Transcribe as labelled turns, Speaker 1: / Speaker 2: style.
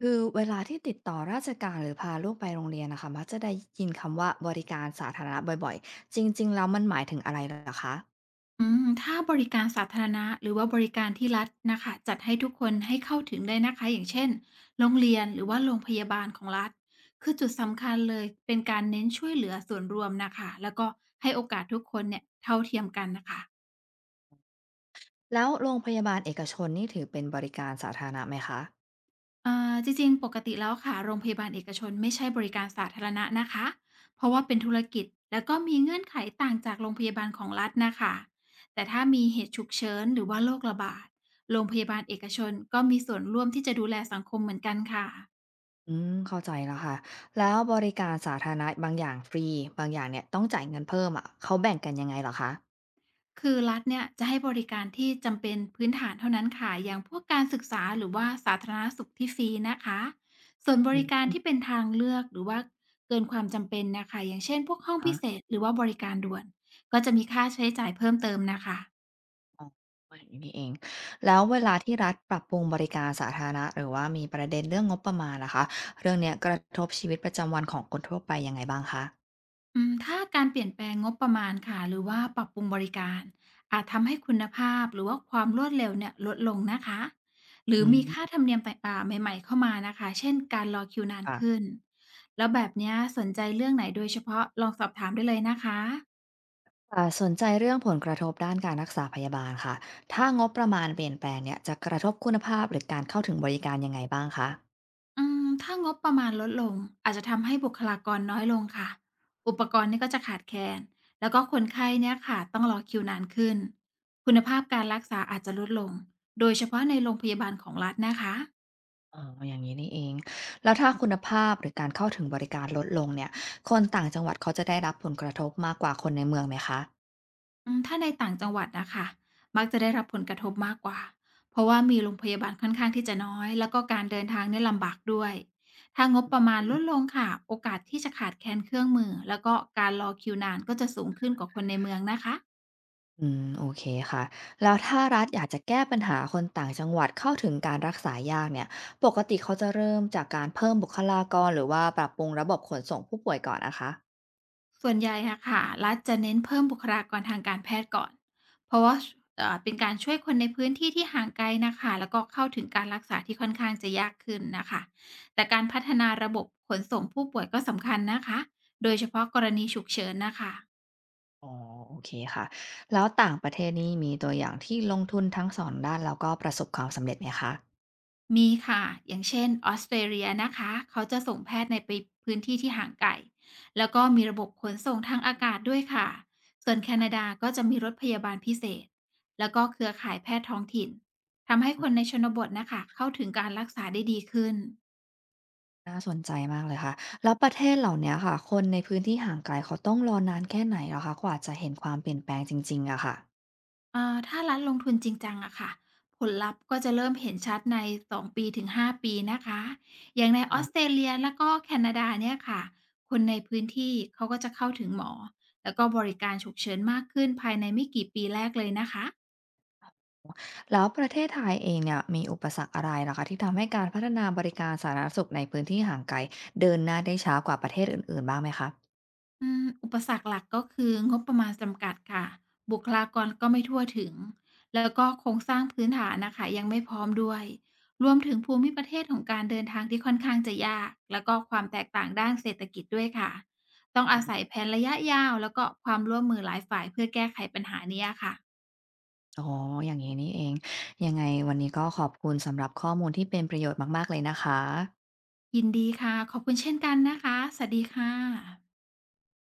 Speaker 1: คือเวลาที่ติดต่อราชการหรือพาลูกไปโรงเรียนนะคะมักจะได้ยินคำว่าบริการสาธารณะบ่อยๆจริงๆแล้วมันหมายถึงอะไรเหรอคะ
Speaker 2: อืมถ้าบริการสาธารณะหรือว่าบริการที่รัฐนะคะจัดให้ทุกคนให้เข้าถึงได้นะคะอย่างเช่นโรงเรียนหรือว่าโรงพยาบาลของรัฐคือจุดสำคัญเลยเป็นการเน้นช่วยเหลือส่วนรวมนะคะแล้วก็ให้โอกาสทุกคนเนี่ยเท่าเทียมกันนะคะ
Speaker 1: แล้วโรงพยาบาลเอกชนนี่ถือเป็นบริการสาธารณะไหมคะ
Speaker 2: อ่าจริงๆ ปกติแล้วค่ะโรงพยาบาลเอกชนไม่ใช่บริการสาธารณะนะคะ เพราะว่าเป็นธุรกิจแล้วก็มีเงื่อนไขต่างจากโรงพยาบาลของรัฐนะคะ แต่ถ้ามีเหตุฉุกเฉินหรือว่าโรคระบาดโรงพยาบาลเอกชนก็มีส่วนร่วมที่จะดูแลสังคมเหมือนกันค่ะ
Speaker 1: อืมเข้าใจแล้วค่ะแล้วบริการสาธารณะบางอย่างฟรีบางอย่างเนี่ยต้องจ่ายเงินเพิ่มอะเขาแบ่งกันยังไงเหรอคะ
Speaker 2: คือรัฐเนี่ยจะให้บริการที่จำเป็นพื้นฐานเท่านั้นค่ะอย่างพวกการศึกษาหรือว่าสาธารณสุขที่ฟรีนะคะส่วนบ
Speaker 1: อื
Speaker 2: ริการ
Speaker 1: ม
Speaker 2: ที่เป็นทางเลือกหรือว่าเกินความจำเป็นนะคะอย่างเช่นพวกห้องพิ
Speaker 1: อะะ
Speaker 2: เศษหรือว่าบริการด่วนก็จะมีค่าใช้จ่ายเพิ่มเติมนะคะ
Speaker 1: ว่าอย่างนี้นี่เองแล้วเวลาที่รัฐปรับปรุงบริการสาธารณะหรือว่ามีประเด็นเรื่องงบประมาณนะคะเรื่องเนี้ยกระทบชีวิตประจำวันของคนทั่วไปยังไงบ้างคะ
Speaker 2: อืมถ้าการเปลี่ยนแปลงงบประมาณค่ะหรือว่าปรับปรุงบริการอาจทำให้คุณภาพหรือว่าความรวดเร็วเนี่ยลดลงนะคะหรื
Speaker 1: อื
Speaker 2: อมี
Speaker 1: ม
Speaker 2: ค่าธรรมเนียมไปใหม่ๆเข้ามานะคะเช่นการรอคิวนาน
Speaker 1: ค่ะ
Speaker 2: ขึ้นแล้วแบบเนี้ยสนใจเรื่องไหนโดยเฉพาะลองสอบถามได้เลยนะคะ
Speaker 1: สนใจเรื่องผลกระทบด้านการรักษาพยาบาลค่ะถ้างบประมาณเปลี่ยนแปลงเนี่ยจะกระทบคุณภาพหรือการเข้าถึงบริการยังไงบ้างคะ
Speaker 2: อืมถ้างบประมาณลดลงอาจจะทำให้บุคลากรน้อยลงค่ะอุปกรณ์นี่ก็จะขาดแคลนแล้วก็คนไข้เนี่ยค่ะต้องรอคิวนานขึ้นคุณภาพการรักษาอาจจะลดลงโดยเฉพาะในโรงพยาบาลของรัฐนะคะ
Speaker 1: อ๋ออย่างนี้นี่เองแล้วถ้าคุณภาพหรือการเข้าถึงบริการลดลงเนี่ยคนต่างจังหวัดเขาจะได้รับผลกระทบมากกว่าคนในเมืองไหมคะ
Speaker 2: อืมถ้าในต่างจังหวัดนะคะมักจะได้รับผลกระทบมากกว่าเพราะว่ามีโรงพยาบาลค่อนข้างที่จะน้อยแล้วก็การเดินทางเนี่ยลำบากด้วยถ้างบประมาณ
Speaker 1: อื
Speaker 2: ลดล
Speaker 1: ม
Speaker 2: งค่ะโอกาสที่จะขาดแคลนเครื่องมือแล้วก็การรอคิวนานก็จะสูงขึ้นกว่าคนในเมืองนะคะ
Speaker 1: อืมโอเคค่ะ แล้วถ้ารัฐอยากจะแก้ปัญหาคนต่างจังหวัดเข้าถึงการรักษายากเนี่ยปกติเขาจะเริ่มจากการเพิ่มบุคลากรหรือว่าปรับปรุงระบบขนส่งผู้ป่วยก่อนนะคะ
Speaker 2: ส่วนใหญ่อะค่ะรัฐจะเน้นเพิ่มบุคลากรทางการแพทย์ก่อนเพราะว่าเป็นการช่วยคนในพื้นที่ที่ห่างไกลนะคะแล้วก็เข้าถึงการรักษาที่ค่อนข้างจะยากขึ้นนะคะแต่การพัฒนาระบบขนส่งผู้ป่วยก็สำคัญนะคะโดยเฉพาะกรณีฉุกเฉินนะคะ
Speaker 1: อ๋อโอเคค่ะแล้วต่างประเทศนี่มีตัวอย่างที่ลงทุนทั้งสองด้านแล้วก็ประสบความสำเร็จไหมคะ
Speaker 2: มีค่ะ อย่างเช่นออสเตรเลียนะคะ เขาจะส่งแพทย์ในไปพื้นที่ที่ห่างไกลแล้วก็มีระบบขนส่งทางอากาศด้วยค่ะ ส่วนแคนาดาก็จะมีรถพยาบาลพิเศษ แล้วก็เครือข่ายแพทย์ท้องถิ่น ทำให้
Speaker 1: อื
Speaker 2: คนใน
Speaker 1: ม
Speaker 2: ชนบทนะคะเข้าถึงการรักษาได้ดีขึ้น
Speaker 1: น่าสนใจมากเลยค่ะแล้วประเทศเหล่าเนี้ยค่ะคนในพื้นที่ห่างไกลเขาต้องรอนานแค่ไหนเหรอคะกว่าจะเห็นความเปลี่ยนแปลงจริงๆอะค่ะ
Speaker 2: อ่าถ้ารัฐลงทุนจริงจังอะค่ะ ผลลัพธ์ก็จะเริ่มเห็นชัดใน2ปีถึง5ปีนะคะ อย่างในออสเตร
Speaker 1: ค่ะ
Speaker 2: เลียแล้วก็แคนาดาเนี่ยค่ะ คนในพื้นที่เขาก็จะเข้าถึงหมอแล้วก็บริการฉุกเฉินมากขึ้นภายในไม่กี่ปีแรกเลยนะคะ
Speaker 1: แล้วประเทศไทยเองเนี่ยมีอุปสรรคอะไรเหรอคะที่ทำให้การพัฒนาบริการสาธารณสุขในพื้นที่ห่างไกลเดินหน้าได้ช้ากว่าประเทศอื่นๆบ้างไหมคะ
Speaker 2: อืมอุปสรรคหลักก็คืองบประมาณจำกัดค่ะ บุคลากรก็ไม่ทั่วถึง แล้วก็โครงสร้างพื้นฐานนะค่ะยังไม่พร้อมด้วย รวมถึงภูมิประเทศของการเดินทางที่ค่อนข้างจะยากแล้วก็ความแตกต่างด้านเศรษฐกิจด้วยค่ะ ต้องอาศัยแผนระยะยาวแล้วก็ความร่วมมือหลายฝ่ายเพื่อแก้ไขปัญหานี้อะค่ะ
Speaker 1: อ๋ออย่างงี้นี่เองยังไงวันนี้ก็ขอบคุณสำหรับข้อมูลที่เป็นประโยชน์มากๆเลยนะคะ
Speaker 2: ยินดีค่ะขอบคุณเช่นกันนะคะสวัสดีค่ะ